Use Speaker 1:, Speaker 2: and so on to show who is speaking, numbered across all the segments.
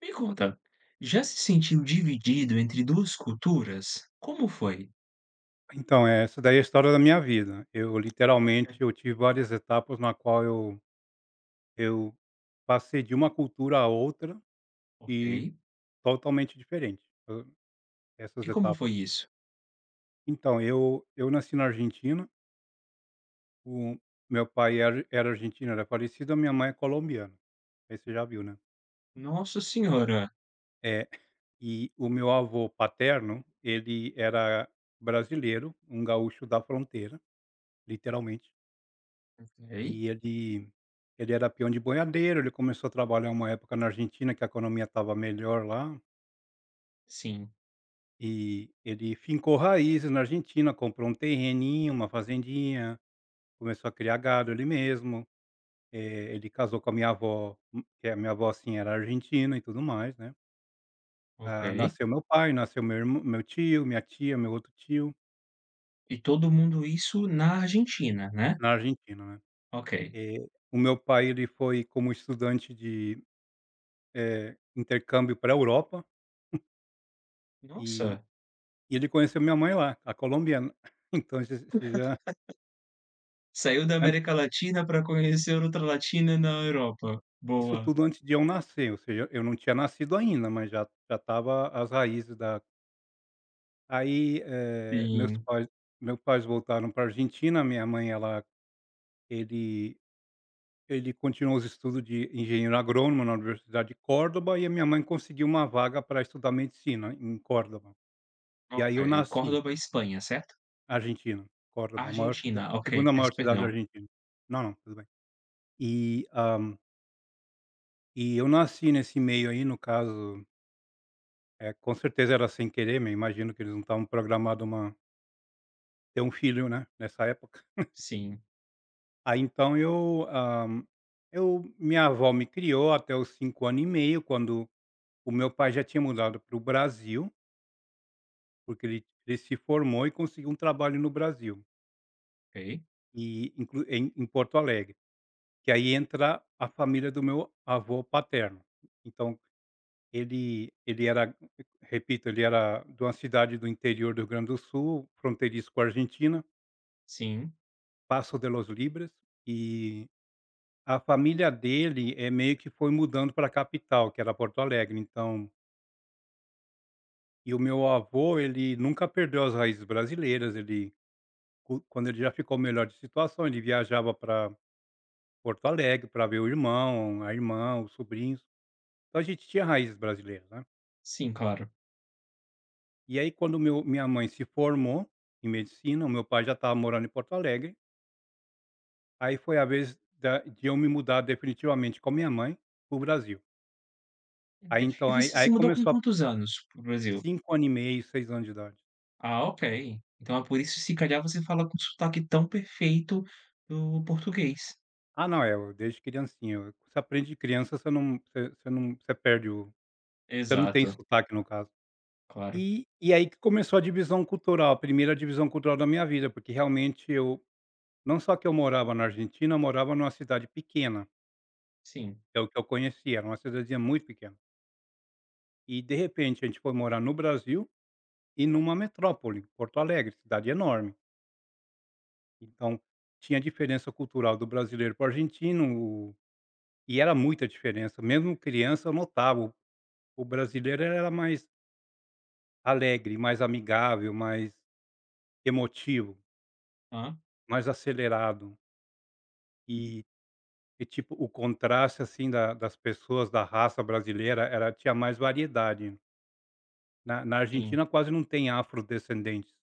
Speaker 1: Me conta, já se sentiu dividido entre 2 culturas? Como foi?
Speaker 2: Então, essa daí é a história da minha vida. Eu literalmente,
Speaker 1: É.
Speaker 2: eu tive várias etapas na qual eu passei de uma cultura a outra e
Speaker 1: Ok.
Speaker 2: totalmente diferente, essas
Speaker 1: E como
Speaker 2: etapas.
Speaker 1: foi isso?
Speaker 2: Então, eu nasci na Argentina. O meu pai era argentino, era parecido, a minha mãe é colombiana. Aí você já viu, né.
Speaker 1: Nossa senhora.
Speaker 2: É, e o meu avô paterno, ele era brasileiro, um gaúcho da fronteira, literalmente.
Speaker 1: Ok.
Speaker 2: E ele era peão de boiadeiro, ele começou a trabalhar uma época na Argentina que a economia estava melhor lá,
Speaker 1: Sim.
Speaker 2: e ele fincou raízes na Argentina, comprou um terreninho, uma fazendinha, começou a criar gado ele mesmo. Ele casou com a minha avó, que a minha avó, assim, era argentina e tudo mais, né. Ah,
Speaker 1: Ok.
Speaker 2: nasceu meu pai, nasceu meu irmã meu tio, minha tia, meu outro tio,
Speaker 1: E todo mundo isso na Argentina, né?
Speaker 2: na Argentina, né.
Speaker 1: Ok.
Speaker 2: Eh, o meu pai ele foi como estudante de, intercâmbio para a Europa, e
Speaker 1: Nossa,
Speaker 2: E ele conheceu minha mãe lá, a colombiana. Então já
Speaker 1: saiu da
Speaker 2: antes,
Speaker 1: América Latina para conhecer outra latina na Europa.
Speaker 2: isso
Speaker 1: Boa.
Speaker 2: tudo antes de eu nascer, ou seja, eu não tinha nascido ainda, mas já estava as raízes da aí. Meus
Speaker 1: Sim.
Speaker 2: pais meus pais voltaram para Argentina, minha mãe ela ele ele continuou os estudos de engenheiro agrônomo na Universidade de Córdoba, e a minha mãe conseguiu uma vaga para estudar medicina em Córdoba. E aí eu
Speaker 1: Ok.
Speaker 2: nasci,
Speaker 1: Córdoba, Espanha, certo?
Speaker 2: Argentina, Córdoba, a maior cida
Speaker 1: Argentina, ok,
Speaker 2: segunda
Speaker 1: peço
Speaker 2: maior cidade da
Speaker 1: perdão.
Speaker 2: Argentina. Não, não, tudo bem. E, hã E eu nasci nesse meio aí, no caso, com certeza era sem querer, me imagino que eles não estavam programado uma ter um filho, né, nessa época.
Speaker 1: Sim.
Speaker 2: Aí então eu, minha avó me criou até os 5 anos e meio, quando o meu pai já tinha mudado para o Brasil, porque ele se formou e conseguiu um trabalho no Brasil,
Speaker 1: Ok.
Speaker 2: e inclu em em Porto Alegre, que aí entra a família do meu avô paterno. Então ele era, repito, ele era de uma cidade do interior do Rio Grande do Sul, fronteiriço com a Argentina,
Speaker 1: Sim.
Speaker 2: Passo de los Libres, e a família dele, é meio que foi mudando para a capital, que era Porto Alegre. Então, e o meu avô, ele nunca perdeu as raízes brasileiras. Ele, co quando ele já ficou melhor de situação, ele viajava para Porto Alegre para ver o irmão, a irmã, os sobrinhos, então a gente tinha raízes brasileiras, né.
Speaker 1: Sim, claro.
Speaker 2: E aí quando meu minha mãe se formou em medicina, o meu pai já estava morando em Porto Alegre, aí foi a vez da de eu me mudar definitivamente com a minha mãe para o Brasil. Aí
Speaker 1: Ok.
Speaker 2: então
Speaker 1: E
Speaker 2: aí
Speaker 1: você se
Speaker 2: aí
Speaker 1: mudou com
Speaker 2: começou a
Speaker 1: quantos anos para Brasil?
Speaker 2: 5 ano e meio, 6 anos de idade.
Speaker 1: Ah, ok. Então é por isso, se calhar, você fala com sotaque tão perfeito do português.
Speaker 2: Ah não, é, eu desde criancinha, você aprende de criança, você não você não você perde o você não tem
Speaker 1: Exato,
Speaker 2: sotaque no caso.
Speaker 1: claro.
Speaker 2: E aí que começou a divisão cultural, a primeira divisão cultural da minha vida, porque realmente eu não só que eu morava na Argentina, eu morava numa cidade pequena,
Speaker 1: Sim.
Speaker 2: é o que eu conhecia, era uma cidadezinha muito pequena. E de repente a gente foi morar no Brasil e numa metrópole, Porto Alegre, cidade enorme. Então, tinha diferença cultural do brasileiro para o argentino, o e era muita diferença. Mesmo criança eu notava, o brasileiro era mais alegre, mais amigável, mais emotivo,
Speaker 1: Ah.
Speaker 2: mais acelerado. E e tipo, o contraste, assim, da das pessoas da raça brasileira era tinha mais variedade. Na
Speaker 1: Sim.
Speaker 2: Argentina quase não tem afrodescendentes,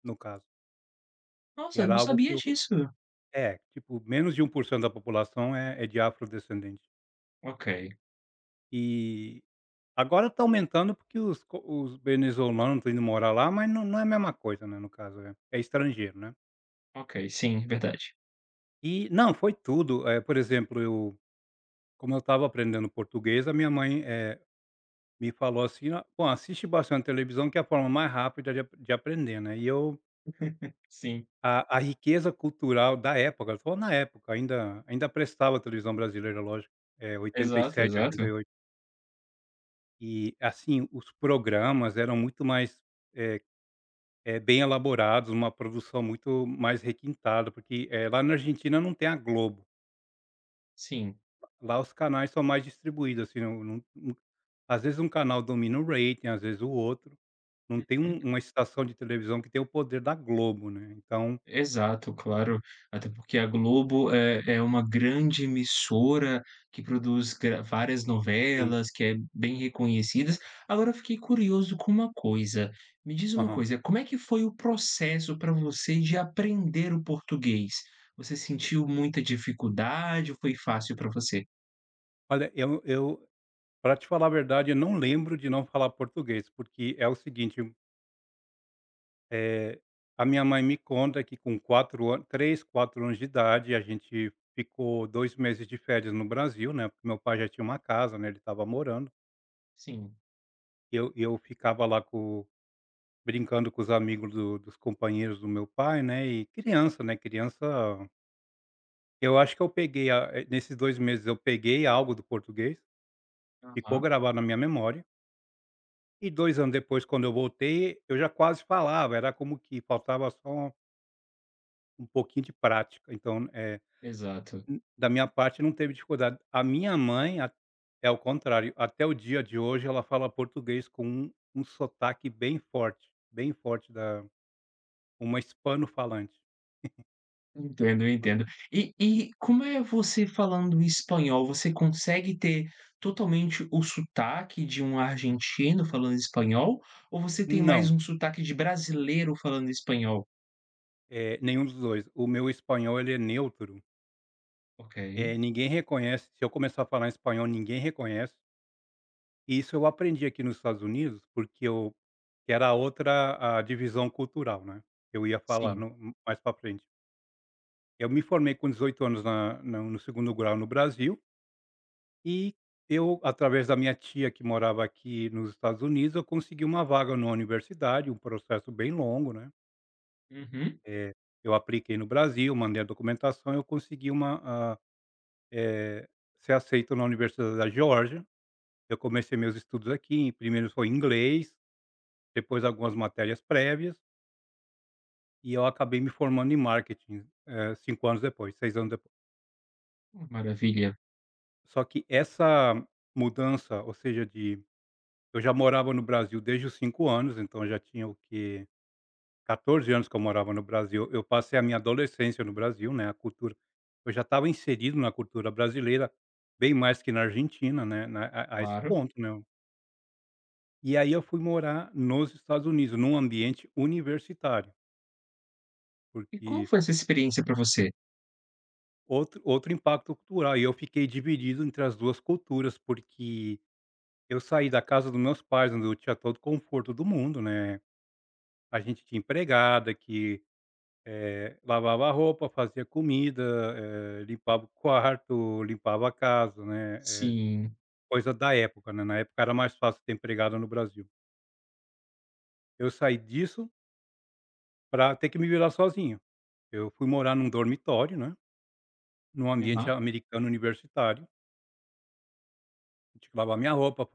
Speaker 2: no caso.
Speaker 1: Nossa,
Speaker 2: Era
Speaker 1: não
Speaker 2: algo que
Speaker 1: sabia disso.
Speaker 2: é, tipo, menos de 1% da população é de afrodescendente.
Speaker 1: Ok,
Speaker 2: E agora tá aumentando porque os co os venezuelanos estão indo morar lá, mas não é a mesma coisa, né, no caso, é estrangeiro, né.
Speaker 1: ok, sim, verdade.
Speaker 2: E não, foi tudo, é por exemplo, eu, como eu estava aprendendo português, a minha mãe, me falou assim: "Ó, bom, assiste bastante televisão que é a forma mais rápida de aprender", né, e eu
Speaker 1: Sim,
Speaker 2: a riqueza cultural da época, ela falou na época, ainda prestava a televisão brasileira, lógico, é oitenta e
Speaker 1: exato,
Speaker 2: sete
Speaker 1: exato.
Speaker 2: oitenta e oito. E, assim, os programas eram muito mais, eh bem elaborados, uma produção muito mais requintada, porque, eh, lá na Argentina não tem a Globo.
Speaker 1: Sim.
Speaker 2: Lá os canais são mais distribuídos, assim, não não não às vezes um canal domina o rating, às vezes o outro. Não tem
Speaker 1: Uhum.
Speaker 2: uma estação de televisão que tem o poder da Globo, né, então
Speaker 1: Exato, claro. Até porque a Globo é uma grande emissora que produz gra várias
Speaker 2: sim.
Speaker 1: novelas, que é bem reconhecidas. Agora eu fiquei curioso com uma coisa. Me diz uma
Speaker 2: Aham.
Speaker 1: coisa, como é que foi o processo para você de aprender o português? Você sentiu muita dificuldade ou foi fácil para você?
Speaker 2: Olha, eu pra te falar a verdade, eu não lembro de não falar português, porque é o seguinte. Eh, a minha mãe me conta que com 4 anos 3, 4 anos de idade, a gente ficou 2 meses de férias no Brasil, né, porque meu pai já tinha uma casa, né, ele estava morando.
Speaker 1: Sim.
Speaker 2: Eu ficava lá com brincando com os amigos do dos companheiros do meu pai, né, e criança, né, criança, eu acho que eu peguei nesses 2 meses eu peguei algo do português, ficou
Speaker 1: Aham,
Speaker 2: gravado na minha memória, e 2 anos depois quando eu voltei, eu já quase falava, era como que faltava só um pouquinho de prática, então, eh.
Speaker 1: exato.
Speaker 2: Da minha parte não teve dificuldade. A minha mãe a é o contrário, até o dia de hoje ela fala português com um sotaque bem forte da uma hispano-falante.
Speaker 1: Entendo, entendo. E como é você falando espanhol? Você consegue ter totalmente o sotaque de um argentino falando espanhol, ou você tem mais
Speaker 2: Não,
Speaker 1: um sotaque de brasileiro falando espanhol?
Speaker 2: eh, nenhum dos dois. O meu espanhol ele é neutro,
Speaker 1: Ok,
Speaker 2: ninguém reconhece, se eu começar a falar espanhol ninguém reconhece, e isso eu aprendi aqui nos Estados Unidos, porque eu que era a outra a divisão cultural, né, eu ia falar
Speaker 1: sim.
Speaker 2: no mais para frente. Eu me formei com 18 anos na na no segundo grau no Brasil. E eu, através da minha tia que morava aqui nos Estados Unidos, eu consegui uma vaga na universidade, um processo bem longo, né.
Speaker 1: Uhum.
Speaker 2: Eh, eu apliquei no Brasil, mandei a documentação, eu consegui eh, ser aceito na Universidade da Geórgia. Eu comecei meus estudos aqui, primeiro foi em inglês, depois algumas matérias prévias, e eu acabei me formando em marketing, eh, 5 anos depois, 6 anos depois.
Speaker 1: Maravilha,
Speaker 2: Só que essa mudança, ou seja, de, eu já morava no Brasil desde os 5 anos, então já tinha o que 14 anos que eu morava no Brasil. Eu passei a minha adolescência no Brasil, né, a cultura, eu já estava inserido na cultura brasileira, bem mais que na Argentina, né, na a esse
Speaker 1: claro.
Speaker 2: ponto, né. E aí eu fui morar nos Estados Unidos, num ambiente universitário,
Speaker 1: E como
Speaker 2: porque
Speaker 1: foi essa experiência para você?
Speaker 2: outro impacto cultural, e eu fiquei dividido entre as 2 culturas, porque eu saí da casa dos meus pais, onde eu tinha todo o conforto do mundo, né. A gente tinha empregada que, eh, lavava a roupa, fazia comida, eh, limpava o quarto, limpava a casa, né, eh,
Speaker 1: Sim.
Speaker 2: coisa da época, né, na época era mais fácil ter empregada no Brasil. Eu saí disso para ter que me virar sozinho. Eu fui morar num dormitório, né, num ambiente
Speaker 1: Aham.
Speaker 2: americano universitário, tinha que lavar minha roupa,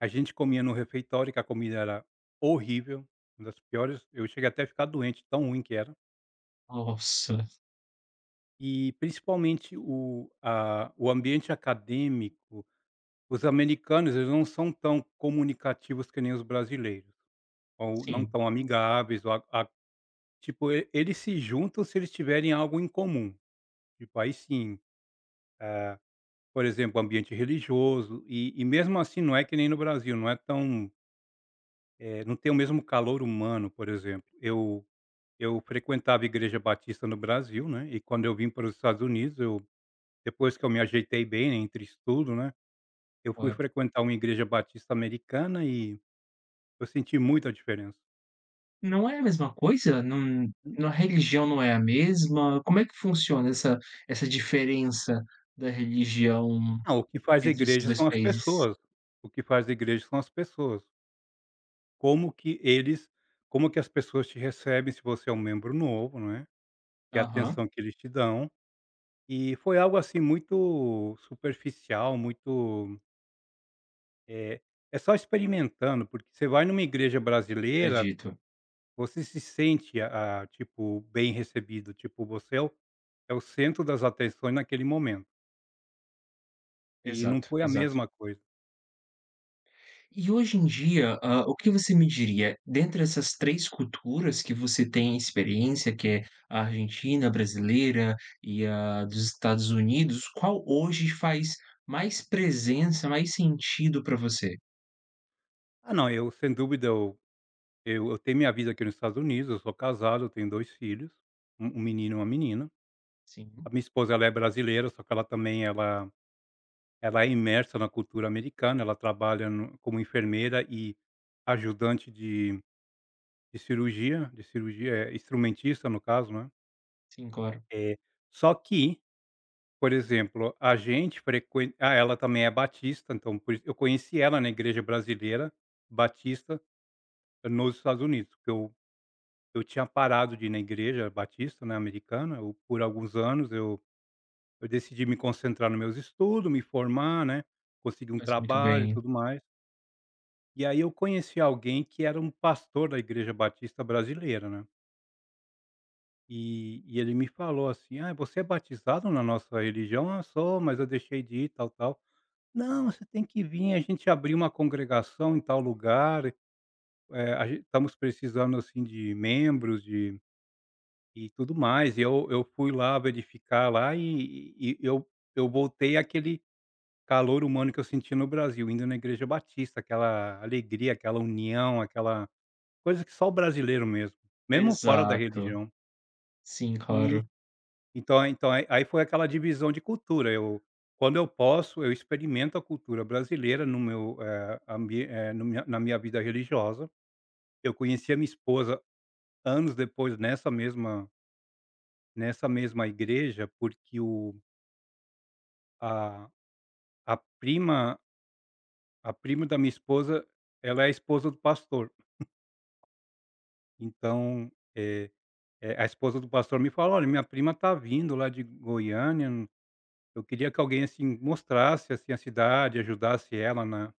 Speaker 2: a gente comia no refeitório que a comida era horrível, uma das piores, eu cheguei até a ficar doente, tão ruim que era.
Speaker 1: Nossa,
Speaker 2: E principalmente o ambiente acadêmico. Os americanos, eles não são tão comunicativos que nem os brasileiros, ou não
Speaker 1: sim,
Speaker 2: tão amigáveis, ou a tipo, e eles se juntam se eles tiverem algo em comum, tipo, aí sim, eh, por exemplo, ambiente religioso, e mesmo assim não é que nem no Brasil, não é tão, eh, não tem o mesmo calor humano, por exemplo. Eu frequentava a igreja batista no Brasil, né, e quando eu vim para os Estados Unidos, eu, depois que eu me ajeitei bem, né, entre estudo, né, eu fui
Speaker 1: claro.
Speaker 2: frequentar uma igreja batista americana e eu senti muita diferença.
Speaker 1: Não é a mesma coisa? Não
Speaker 2: Hum.
Speaker 1: A religião não é a mesma? Como é que funciona essa diferença da religião
Speaker 2: Não, o que faz a
Speaker 1: entre esses
Speaker 2: igreja são
Speaker 1: 2
Speaker 2: as
Speaker 1: países?
Speaker 2: pessoas, o que faz a igreja são as pessoas. Como que eles, como que as pessoas te recebem se você é um membro novo, não é, que é a
Speaker 1: Aham,
Speaker 2: atenção que eles te dão. E foi algo, assim, muito superficial, muito, eh, é só experimentando, porque você vai numa igreja brasileira,
Speaker 1: acredito.
Speaker 2: você se sente a tipo, bem recebido, tipo, você é o é o centro das atenções naquele momento, e não
Speaker 1: Exato,
Speaker 2: foi a
Speaker 1: exato.
Speaker 2: mesma coisa.
Speaker 1: E hoje em dia, o que você me diria, dentre essas 3 culturas que você tem experiência, que é a argentina, a brasileira e a dos Estados Unidos, qual hoje faz mais presença, mais sentido para você?
Speaker 2: Ah não, eu sem dúvida eu tenho minha vida aqui nos Estados Unidos, eu sou casado, eu tenho 2 filhos, um menino e uma menina. A
Speaker 1: Sim,
Speaker 2: minha esposa ela é brasileira, só que ela também ela é imersa na cultura americana, ela trabalha no como enfermeira e ajudante de cirurgia de cirurgia, eh, instrumentista no caso, né.
Speaker 1: sim, claro.
Speaker 2: É. Só que, por exemplo, a gente frequen ah, ela também é batista, então por isso eu conheci ela na igreja brasileira batista nos Estados Unidos, porque eu tinha parado de ir na igreja batista, né, americana, eu por alguns anos, eu decidi me concentrar nos meus estudos, me formar, né, conseguir um
Speaker 1: Faz muito
Speaker 2: trabalho e
Speaker 1: bem.
Speaker 2: tudo mais. E aí eu conheci alguém que era um pastor da igreja batista brasileira, né, e ele me falou assim: "Ah, você é batizado na nossa religião?" "Ah, sou, mas eu deixei de ir, tal, tal." "Não, você tem que vir, a gente abriu uma congregação em tal lugar, eh, a gen estamos precisando, assim, de membros, de." E tudo mais, e eu fui lá verificar lá e eu voltei àquele calor humano que eu senti no Brasil, indo na igreja batista, aquela alegria, aquela união, aquela coisa que só o brasileiro mesmo, mesmo fora da
Speaker 1: Exato.
Speaker 2: religião.
Speaker 1: Sim,
Speaker 2: E
Speaker 1: claro.
Speaker 2: então então aí aí foi aquela divisão de cultura, eu quando eu posso, eu experimento a cultura brasileira no meu, eh, ambi eh, no minha na minha vida religiosa. Eu conheci a minha esposa anos depois nessa mesma igreja, porque o A a prima a prima da minha esposa, ela é a esposa do pastor. Então, eh a esposa do pastor me falou: "Olha, minha prima tá vindo lá de Goiânia, eu queria que alguém, assim, mostrasse, assim, a cidade, ajudasse ela na."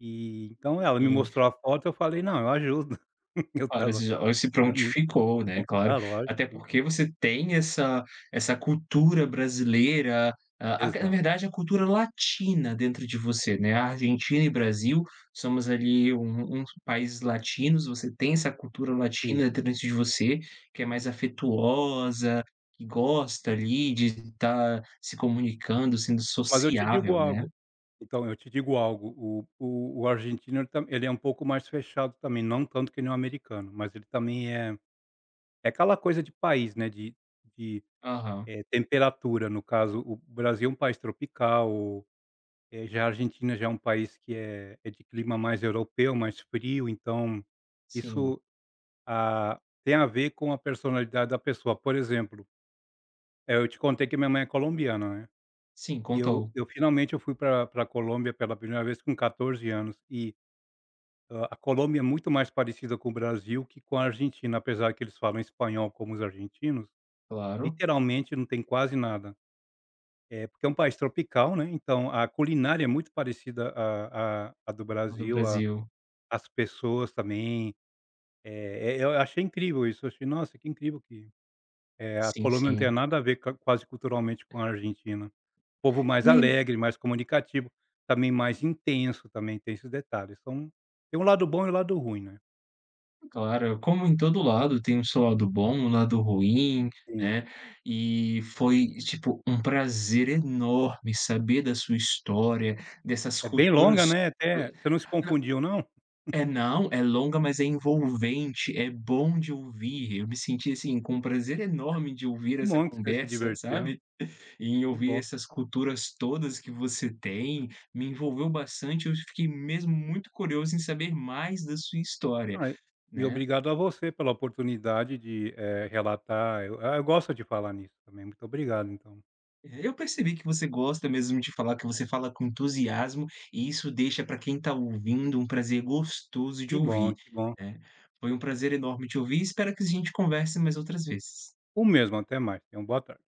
Speaker 2: E então ela me
Speaker 1: Sim,
Speaker 2: mostrou a foto, eu falei: "Não, eu ajudo." Eu
Speaker 1: claro,
Speaker 2: estava
Speaker 1: você já se
Speaker 2: é muito
Speaker 1: prontificou, né,
Speaker 2: bom.
Speaker 1: claro.
Speaker 2: Ah, lógico,
Speaker 1: Até
Speaker 2: tem
Speaker 1: porque
Speaker 2: que
Speaker 1: você tem essa cultura brasileira, a na
Speaker 2: exato,
Speaker 1: verdade, a cultura latina dentro de você, né. A Argentina e Brasil somos ali uns países latinos, você tem essa cultura
Speaker 2: sim.
Speaker 1: latina dentro de você, que é mais afetuosa, que gosta ali de estar se comunicando, sendo
Speaker 2: Mas eu te digo
Speaker 1: sociável, né.
Speaker 2: algo Então eu te digo algo, o argentino ele é um pouco mais fechado também, não tanto que nem o americano, mas ele também é aquela coisa de país, né, de de,
Speaker 1: Aham.
Speaker 2: eh, temperatura. No caso o Brasil é um país tropical, já a Argentina já é um país que é de clima mais europeu, mais frio, então
Speaker 1: Sim.
Speaker 2: isso, ah, tem a ver com a personalidade da pessoa. Por exemplo, eu te contei que minha mãe é colombiana, né,
Speaker 1: Sim,
Speaker 2: e
Speaker 1: contou.
Speaker 2: eu finalmente eu fui para a Colômbia pela primeira vez com 14 anos. E ah, a Colômbia é muito mais parecida com o Brasil que com a Argentina, apesar que eles falam espanhol como os argentinos,
Speaker 1: Claro.
Speaker 2: literalmente não tem quase nada. É porque é um país tropical, né, então a culinária é muito parecida à do
Speaker 1: Do
Speaker 2: Brasil, a
Speaker 1: Brasil.
Speaker 2: as pessoas também, eu achei incrível isso, eu achei: "Nossa, que incrível que, a
Speaker 1: Sim,
Speaker 2: Colômbia não tem
Speaker 1: sim.
Speaker 2: nada a ver ca quase culturalmente com a Argentina." Povo mais
Speaker 1: E aí
Speaker 2: alegre, mais comunicativo, também mais intenso, também tem esses detalhes. Então, tem um lado bom e um lado ruim, né.
Speaker 1: claro, como em todo lado tem o seu lado bom, o lado ruim,
Speaker 2: Sim.
Speaker 1: né, e foi, tipo, um prazer enorme saber da sua história, dessas
Speaker 2: É bem longa,
Speaker 1: culturas.
Speaker 2: né, até. Você não se confundiu não?
Speaker 1: É não, é longa, mas é envolvente, é bom de ouvir. Eu me senti, assim, com um prazer enorme de ouvir
Speaker 2: Que
Speaker 1: essa
Speaker 2: bom que você se
Speaker 1: conversa,
Speaker 2: divertiu,
Speaker 1: sabe. Em
Speaker 2: que
Speaker 1: ouvir
Speaker 2: bom.
Speaker 1: essas culturas todas que você tem, me envolveu bastante, eu fiquei mesmo muito curioso em saber mais da sua história,
Speaker 2: Ah, e
Speaker 1: né.
Speaker 2: obrigado a você pela oportunidade de, relatar. Eu gosto de falar nisso também. Muito obrigado então.
Speaker 1: Eu percebi que você gosta mesmo de falar, que você
Speaker 2: É.
Speaker 1: fala com entusiasmo, e isso deixa para quem está ouvindo um prazer gostoso de
Speaker 2: Que bom,
Speaker 1: ouvir,
Speaker 2: que bom.
Speaker 1: né. Foi um prazer enorme te ouvir, espero que a gente converse mais outras vezes.
Speaker 2: O mesmo, até mais. Tenha uma boa tarde.